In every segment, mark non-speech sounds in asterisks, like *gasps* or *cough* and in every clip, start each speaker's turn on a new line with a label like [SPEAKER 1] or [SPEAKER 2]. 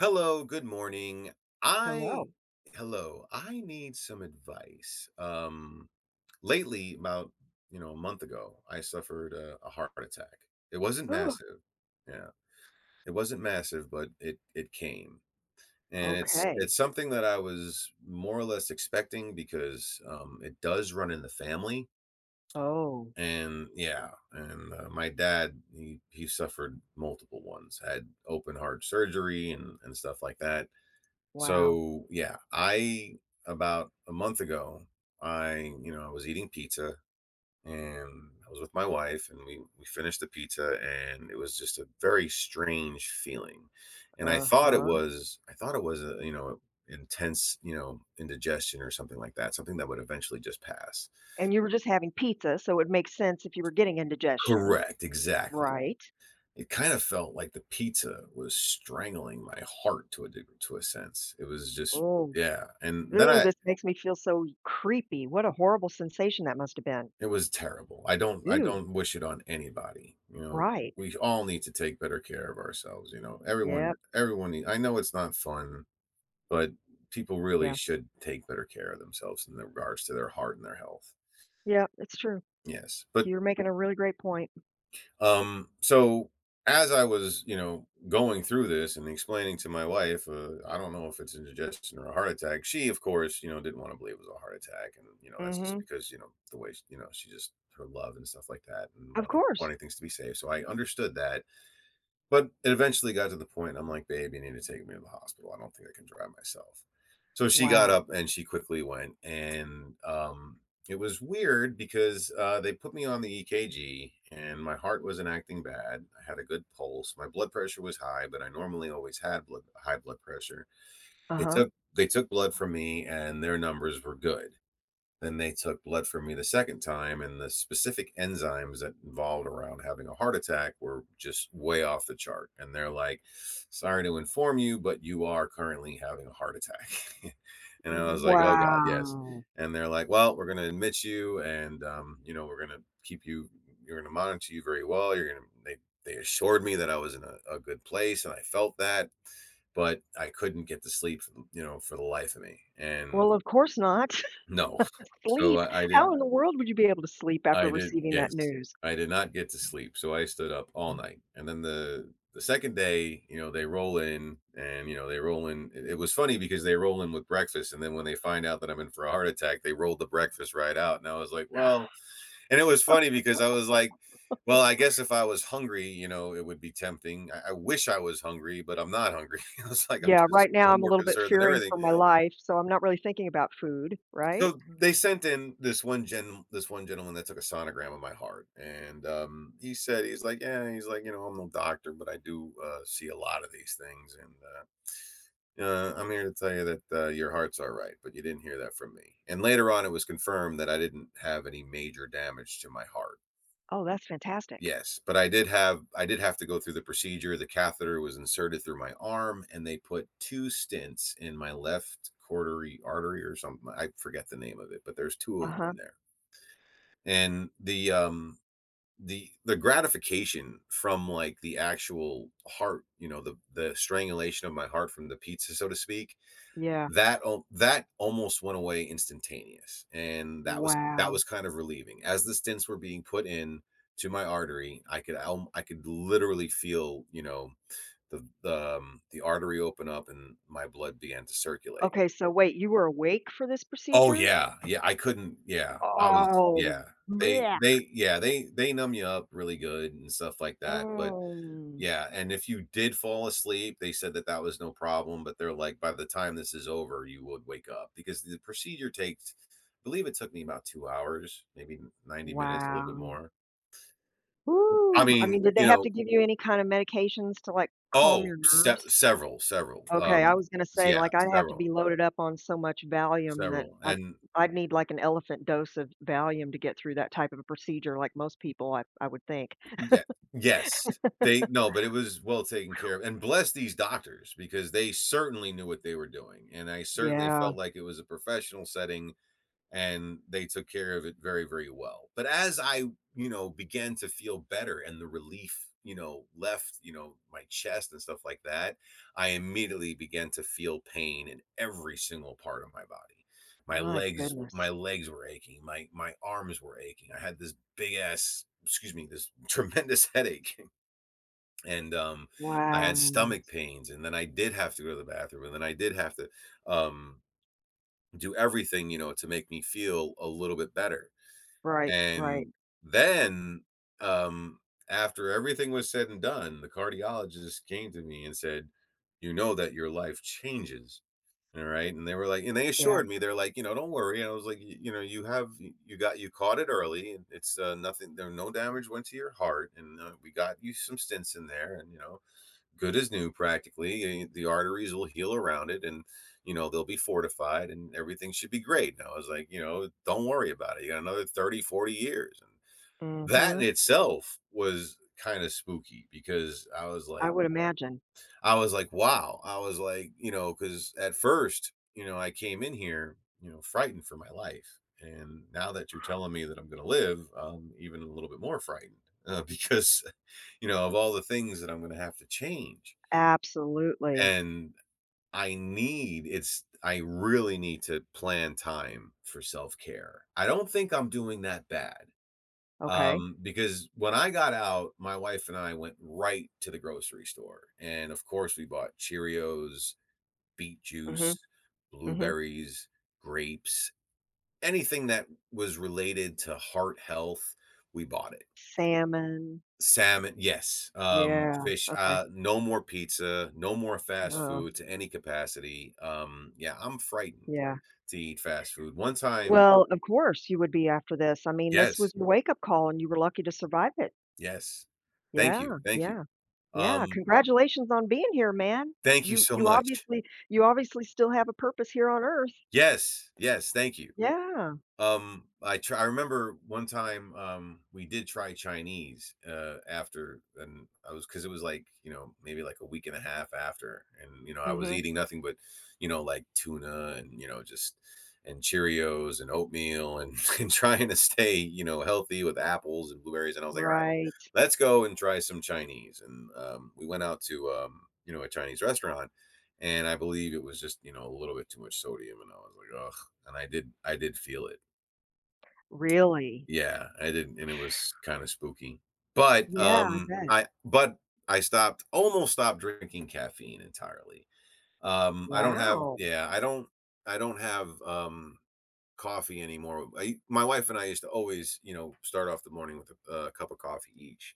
[SPEAKER 1] Hello, good morning.
[SPEAKER 2] Hello.
[SPEAKER 1] I Hello, I need some advice. Lately, about, a month ago, I suffered a heart attack. It wasn't
[SPEAKER 2] *gasps*
[SPEAKER 1] massive. Yeah. It wasn't massive, but it came. And it's
[SPEAKER 2] Okay.
[SPEAKER 1] it's something that I was more or less expecting because it does run in the family.
[SPEAKER 2] Oh,
[SPEAKER 1] And yeah, and my dad he suffered multiple ones, had open heart surgery and stuff like that.
[SPEAKER 2] wow.
[SPEAKER 1] So yeah, I about a month ago, I you know I was eating pizza, and I was with my wife and we finished the pizza and it was just a very strange feeling, and
[SPEAKER 2] Uh-huh.
[SPEAKER 1] I thought it was a you know intense you know indigestion or something like that, something that would eventually just pass.
[SPEAKER 2] And you were just having pizza, so it makes sense if you were getting indigestion,
[SPEAKER 1] Correct, exactly.
[SPEAKER 2] right?
[SPEAKER 1] It kind of felt like the pizza was strangling my heart to to a sense. It was just
[SPEAKER 2] Oh,
[SPEAKER 1] yeah, and then
[SPEAKER 2] ooh,
[SPEAKER 1] I
[SPEAKER 2] this makes me feel so creepy. What a horrible sensation that must have been.
[SPEAKER 1] it was terrible. I
[SPEAKER 2] Ooh.
[SPEAKER 1] don't wish it on anybody, you know?
[SPEAKER 2] Right.
[SPEAKER 1] We all need to take better care of ourselves, you know?
[SPEAKER 2] Yep,
[SPEAKER 1] Everyone everyone nee I know it's not fun, but people really
[SPEAKER 2] yeah,
[SPEAKER 1] should take better care of themselves in regards to their heart and their health.
[SPEAKER 2] yeah, it's true.
[SPEAKER 1] Yes, but
[SPEAKER 2] You're making a really great point.
[SPEAKER 1] So as I was, you know, going through this and explaining to my wife, I don't know if it's indigestion or a heart attack. She, of course, you know, didn't want to believe it was a heart attack, and you know, that's just
[SPEAKER 2] Hmm.
[SPEAKER 1] because you know you know she just her love and stuff like that, and
[SPEAKER 2] Of
[SPEAKER 1] wanting
[SPEAKER 2] course.
[SPEAKER 1] wanting things to be safe. So I understood that, but it eventually got to the point I'm like, babe, you need to take me to the hospital. I don't think I can drive myself. So she got
[SPEAKER 2] Wow.
[SPEAKER 1] up and she quickly went. And it was weird because they put me on the EKG and my heart wasn't acting bad. I had a good pulse. My blood pressure was high, but I normally always had high blood pressure.
[SPEAKER 2] Uh-huh.
[SPEAKER 1] They took blood from me and their numbers were good. Then they took blood from me the second time, and the specific enzymes that involved around having a heart attack were just way off the chart. And they're like, sorry to inform you, but you are currently having a heart attack. *laughs* And I was like, oh God, yes.
[SPEAKER 2] Wow.
[SPEAKER 1] And they're like, well, we're going to admit you, and you know, we're going to keep you. You're going to monitor you very well. You're going to. They assured me that I was in a good place, and I felt that, but I couldn't get to sleep, you know, for the life of me. And
[SPEAKER 2] Well, of course not.
[SPEAKER 1] no.
[SPEAKER 2] *laughs*
[SPEAKER 1] So,
[SPEAKER 2] Sleep.
[SPEAKER 1] I
[SPEAKER 2] How
[SPEAKER 1] did
[SPEAKER 2] in the world would you be able to sleep after
[SPEAKER 1] I did
[SPEAKER 2] receiving that
[SPEAKER 1] yes.
[SPEAKER 2] news?
[SPEAKER 1] I did not get to sleep, so I stood up all night, and then the second day, you know, they roll in and, you know, they roll in it was funny because they roll in with breakfast, and then when they find out that I'm in for a heart attack, they rolled the breakfast right out, and I was like, "Well," and it was funny because I was like, "Well, I guess if I was hungry, you know, it would be tempting. I wish I was hungry, but I'm not hungry." *laughs* I was like,
[SPEAKER 2] Yeah, right now
[SPEAKER 1] I'm
[SPEAKER 2] I'm a
[SPEAKER 1] more
[SPEAKER 2] little bit
[SPEAKER 1] concerned than
[SPEAKER 2] fearing
[SPEAKER 1] everything."
[SPEAKER 2] for my life, so I'm not really thinking about food, right?
[SPEAKER 1] So they sent in this one gentleman that took a sonogram of my heart, and, he said he's like, "Yeah," he's like, "You know, I'm no doctor, but I do, see a lot of these things, and, I'm here to tell you that, your heart's alright, but you didn't hear that from me." And later on, it was confirmed that I didn't have any major damage to my heart.
[SPEAKER 2] Oh, that's fantastic.
[SPEAKER 1] Yes, but I did have to go through the procedure, the catheter was inserted through my arm, and they put 2 stents in my left coronary artery or something, I forget the name of it, but there's 2 of them
[SPEAKER 2] Uh-huh.
[SPEAKER 1] in there, and the, the gratification from, like, the actual heart, you know, the strangulation of my heart from the pizza, so to speak,
[SPEAKER 2] Yeah.
[SPEAKER 1] that almost went away instantaneous, and that
[SPEAKER 2] Wow.
[SPEAKER 1] was kind of relieving. As the stents were being put in to my artery, I could literally feel, you know, the the artery open up and my blood began to circulate.
[SPEAKER 2] Okay, so wait, you were awake for this
[SPEAKER 1] Oh,
[SPEAKER 2] procedure?
[SPEAKER 1] yeah, yeah, I couldn't yeah, I was
[SPEAKER 2] Oh,
[SPEAKER 1] yeah. They
[SPEAKER 2] blech.
[SPEAKER 1] they yeah, they numb you up really good and stuff like that, but
[SPEAKER 2] Mm.
[SPEAKER 1] yeah, and if you did fall asleep, they said that that was no problem, but they're like, by the time this is over, you would wake up because the procedure takes I believe it took me about 2 hours, maybe 90 minutes, a little bit
[SPEAKER 2] Wow.
[SPEAKER 1] more. I
[SPEAKER 2] Woo. I mean,
[SPEAKER 1] mean,
[SPEAKER 2] did they
[SPEAKER 1] you
[SPEAKER 2] have
[SPEAKER 1] know
[SPEAKER 2] to give you any kind of medications to like calm
[SPEAKER 1] oh,
[SPEAKER 2] your
[SPEAKER 1] se
[SPEAKER 2] nerves?
[SPEAKER 1] several, several,
[SPEAKER 2] Okay, I was gonna say,
[SPEAKER 1] yeah,
[SPEAKER 2] like, I'd have to be
[SPEAKER 1] several,
[SPEAKER 2] loaded up on so much Valium that
[SPEAKER 1] several,
[SPEAKER 2] I
[SPEAKER 1] and
[SPEAKER 2] I'd need, like, an elephant dose of Valium to get through that type of a procedure like most people, I would think.
[SPEAKER 1] yeah. Yes, they no, but it was well taken care of, and bless these doctors because they certainly knew what they were doing, and I certainly
[SPEAKER 2] Yeah,
[SPEAKER 1] felt like it was a professional setting and they took care of it very well. But as I you know began to feel better and the relief you know left you know my chest and stuff like that, I immediately began to feel pain in every single part of my body. My
[SPEAKER 2] my
[SPEAKER 1] legs my
[SPEAKER 2] goodness.
[SPEAKER 1] legs were aching, my arms were aching. I had this big ass, excuse me, this tremendous *laughs* headache, and I had
[SPEAKER 2] Wow.
[SPEAKER 1] stomach pains, and then I did have to go to the bathroom, and then I did have to um do everything, you know, to make me feel a little bit better.
[SPEAKER 2] Right, right,
[SPEAKER 1] And then, um, after everything was said and done, the cardiologist came to me and said, "You know that your life changes." All right. And they were like, and they
[SPEAKER 2] yeah.
[SPEAKER 1] assured me, they're like, you know, don't worry. And I was like, you know, you got, you caught it early. And it's nothing, no damage went to your heart. And we got you some stints in there. And, you know, good as new practically. And the arteries will heal around it, and you know they'll be fortified and everything should be great. And I was like, you know, don't worry about it. You got another 30, 40 years. And that
[SPEAKER 2] Mhm.
[SPEAKER 1] in itself was kind of spooky because I was
[SPEAKER 2] I
[SPEAKER 1] like,
[SPEAKER 2] would imagine.
[SPEAKER 1] wow. I was like, you know, because at first, you know, I came in here, you know, frightened for my life. And now that you're telling me that I'm going to live, I'm even a little bit more frightened, *laughs* because, you know, of all the things that I'm going to have to change,
[SPEAKER 2] Absolutely.
[SPEAKER 1] and I need it's I really need to plan time for self-care. I don't think I'm doing that bad.
[SPEAKER 2] Okay.
[SPEAKER 1] Because when I got out, my wife and I went right to the grocery store. And of course, we bought Cheerios, beet
[SPEAKER 2] Mhm,
[SPEAKER 1] juice,
[SPEAKER 2] mhm.
[SPEAKER 1] blueberries, grapes, anything that was related to heart health, we bought it.
[SPEAKER 2] Salmon.
[SPEAKER 1] Salmon, yes,
[SPEAKER 2] Yeah,
[SPEAKER 1] fish,
[SPEAKER 2] okay.
[SPEAKER 1] no more pizza, no more fast
[SPEAKER 2] Oh,
[SPEAKER 1] food to any capacity, yeah, I'm frightened
[SPEAKER 2] yeah.
[SPEAKER 1] to eat fast food. One time
[SPEAKER 2] Well, of course you would be after this. I mean, this was
[SPEAKER 1] yes,
[SPEAKER 2] your wake-up call, and you were lucky to survive it.
[SPEAKER 1] yes. Thank you,
[SPEAKER 2] Yeah,
[SPEAKER 1] thank you.
[SPEAKER 2] yeah. Yeah,
[SPEAKER 1] Um,
[SPEAKER 2] congratulations on being here, man.
[SPEAKER 1] thank you
[SPEAKER 2] You
[SPEAKER 1] so
[SPEAKER 2] you
[SPEAKER 1] much.
[SPEAKER 2] obviously you obviously still have a purpose here on Earth.
[SPEAKER 1] Yes, yes, thank you.
[SPEAKER 2] Yeah.
[SPEAKER 1] I try. I remember one time, we did try Chinese, after, and I was because it was, like, you know, maybe, like, a week and a half after, and, you know, I was
[SPEAKER 2] Mhm.
[SPEAKER 1] eating nothing but, you know, like, tuna and, you know, just and Cheerios and oatmeal and *laughs* and trying to stay, you know, healthy with apples and blueberries, and I was like, "Alright,
[SPEAKER 2] Right.
[SPEAKER 1] let's go and try some Chinese," and, we went out to, you know, a Chinese restaurant, and I believe it was just, you know, a little bit too much sodium, and I was like, "Ugh," and I did feel it.
[SPEAKER 2] Really?
[SPEAKER 1] Yeah, I didn't and it was kinda spooky. But,
[SPEAKER 2] Yeah, I bet.
[SPEAKER 1] I stopped almost stopped drinking caffeine entirely. I don't have
[SPEAKER 2] Wow.
[SPEAKER 1] yeah, I don't have, coffee anymore. I my wife and I used to always, you know, start off the morning with a, cup of coffee each.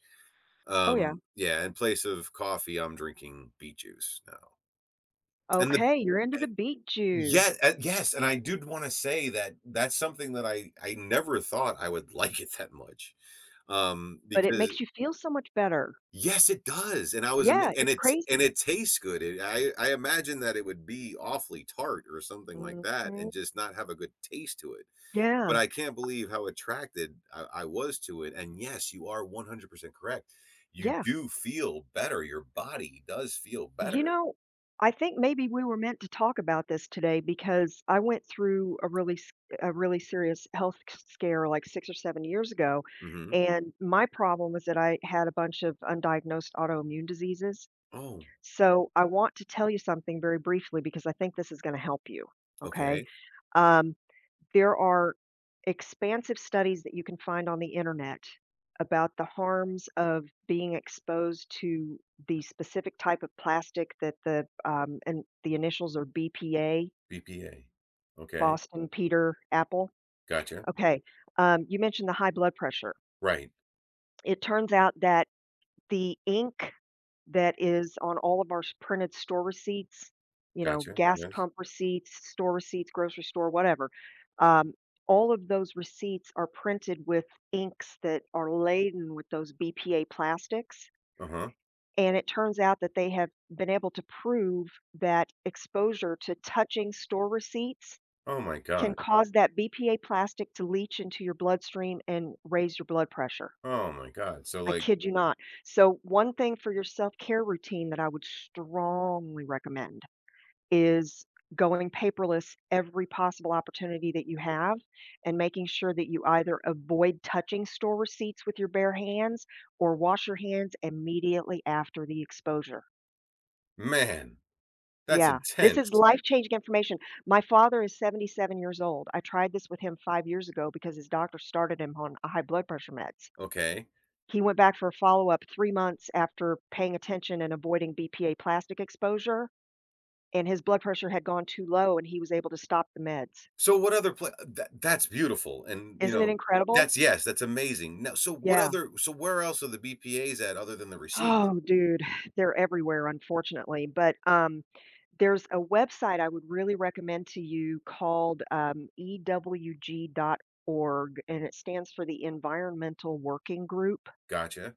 [SPEAKER 2] Oh, yeah.
[SPEAKER 1] Yeah, in place of coffee, I'm drinking beet juice now. And the
[SPEAKER 2] Okay, you're into
[SPEAKER 1] and
[SPEAKER 2] the beet
[SPEAKER 1] yeah,
[SPEAKER 2] juice,
[SPEAKER 1] yes, and I did wanna say that that's something that I never thought I would *laughs* like it that much.
[SPEAKER 2] but it
[SPEAKER 1] Because
[SPEAKER 2] makes you feel so much better.
[SPEAKER 1] yes, it does, and I was ama
[SPEAKER 2] Yeah, it's
[SPEAKER 1] and
[SPEAKER 2] crazy.
[SPEAKER 1] it tastes good. It I imagine that it would be awfully tart or something like that
[SPEAKER 2] Mhm.
[SPEAKER 1] and just not have a good taste to it,
[SPEAKER 2] Yeah.
[SPEAKER 1] but I can't believe how attracted I was to it, and yes, you are 100% correct. You
[SPEAKER 2] Yeah.
[SPEAKER 1] do feel better, your body does feel
[SPEAKER 2] You
[SPEAKER 1] better.
[SPEAKER 2] know, I think maybe we were meant to talk about this today because I went through a really serious health scare like 6 or 7 years ago,
[SPEAKER 1] Mhm.
[SPEAKER 2] and my problem was that I had a bunch of undiagnosed autoimmune diseases.
[SPEAKER 1] Oh,
[SPEAKER 2] So I want to tell you something very briefly because I think this is going to help you, okay?
[SPEAKER 1] okay.
[SPEAKER 2] Um there are expansive studies that you can find on the internet about the harms of being exposed to the specific type of plastic that the and the initials are BPA,
[SPEAKER 1] BPA. Okay,
[SPEAKER 2] Boston, Peter, Apple.
[SPEAKER 1] gotcha.
[SPEAKER 2] Okay, you mentioned the high blood pressure.
[SPEAKER 1] Right,
[SPEAKER 2] It turns out that the ink that is on all of our s printed store receipts, you know,
[SPEAKER 1] gotcha,
[SPEAKER 2] gas
[SPEAKER 1] yes.
[SPEAKER 2] pump receipts, store receipts, grocery store, whatever. Um, all of those receipts are printed with inks that are laden with those BPA plastics.
[SPEAKER 1] Uh-huh.
[SPEAKER 2] And it turns out that they have been able to prove that exposure to touching store receipts
[SPEAKER 1] Oh my
[SPEAKER 2] can
[SPEAKER 1] god.
[SPEAKER 2] cause that BPA plastic to leach into your bloodstream and raise your blood pressure.
[SPEAKER 1] Oh my god. So,
[SPEAKER 2] I
[SPEAKER 1] like,
[SPEAKER 2] kid you not. So one thing for your self-care routine that I would strongly recommend is going paperless every possible opportunity that you have, and making sure that you either avoid touching store receipts with your bare hands or wash your hands immediately after the exposure.
[SPEAKER 1] man. That's
[SPEAKER 2] Yeah, this is
[SPEAKER 1] intense.
[SPEAKER 2] life-changing information. My father is 77 years old. I tried this with him 5 years ago because his doctor started him on a high blood pressure meds.
[SPEAKER 1] Okay.
[SPEAKER 2] He went back for a follow-up 3 months after paying attention and avoiding BPA plastic exposure, and his blood pressure had gone too low, and he was able to stop the meds.
[SPEAKER 1] So what other pla that that's beautiful, and, you
[SPEAKER 2] Isn't it
[SPEAKER 1] know,
[SPEAKER 2] incredible?
[SPEAKER 1] that's yes, that's amazing. Now, so what
[SPEAKER 2] Yeah.
[SPEAKER 1] other so where else are the BPAs at other than the receipt?
[SPEAKER 2] Oh, dude, *sighs* they're everywhere, unfortunately, but, there's a website I would really recommend to you called, EWG.org, and it stands for the Environmental Working Group.
[SPEAKER 1] Gotcha.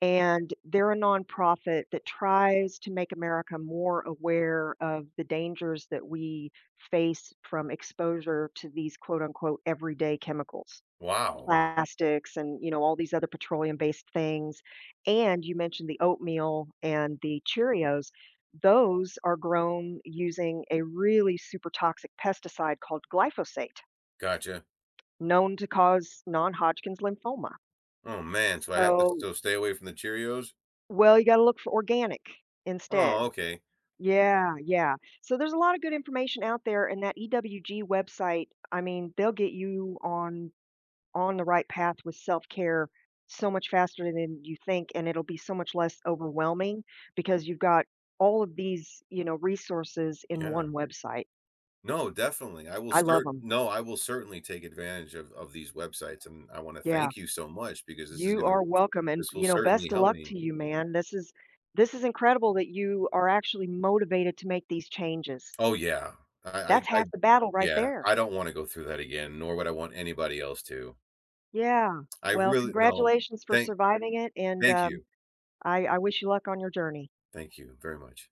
[SPEAKER 2] And they're a nonprofit that tries to make America more aware of the dangers that we face from exposure to these quote unquote everyday chemicals,
[SPEAKER 1] Wow.
[SPEAKER 2] plastics, and all these other petroleum based things. And you mentioned the oatmeal and the Cheerios. Those are grown using a really super toxic pesticide called glyphosate,
[SPEAKER 1] Gotcha.
[SPEAKER 2] known to cause non Hodgkin's lymphoma.
[SPEAKER 1] Oh, man, so I have to
[SPEAKER 2] So,
[SPEAKER 1] still stay away from the Cheerios?
[SPEAKER 2] well, you got to look for organic instead.
[SPEAKER 1] Oh, okay.
[SPEAKER 2] Yeah, yeah. So there's a lot of good information out there, and that EWG website, I mean, they'll get you on the right path with self-care so much faster than you think, and it'll be so much less overwhelming because you've got all of these, resources in
[SPEAKER 1] Yeah.
[SPEAKER 2] one website.
[SPEAKER 1] No, definitely. I will
[SPEAKER 2] I love
[SPEAKER 1] cert
[SPEAKER 2] them.
[SPEAKER 1] no, I will certainly take advantage of these websites, and I wanna
[SPEAKER 2] Yeah.
[SPEAKER 1] thank you so much because this is
[SPEAKER 2] You
[SPEAKER 1] gonna
[SPEAKER 2] are welcome, and
[SPEAKER 1] this will
[SPEAKER 2] best
[SPEAKER 1] certainly
[SPEAKER 2] of
[SPEAKER 1] help
[SPEAKER 2] luck
[SPEAKER 1] me.
[SPEAKER 2] to you, man. This is incredible that you are actually motivated to make these changes.
[SPEAKER 1] Oh, yeah.
[SPEAKER 2] That's
[SPEAKER 1] I
[SPEAKER 2] half the battle right
[SPEAKER 1] yeah,
[SPEAKER 2] there.
[SPEAKER 1] I don't wanna go through that again, nor would I want anybody else to.
[SPEAKER 2] Yeah.
[SPEAKER 1] I
[SPEAKER 2] Well,
[SPEAKER 1] really no.
[SPEAKER 2] congratulations for
[SPEAKER 1] Thank
[SPEAKER 2] surviving it, and,
[SPEAKER 1] Thank you.
[SPEAKER 2] I wish you luck on your journey.
[SPEAKER 1] Thank you very much.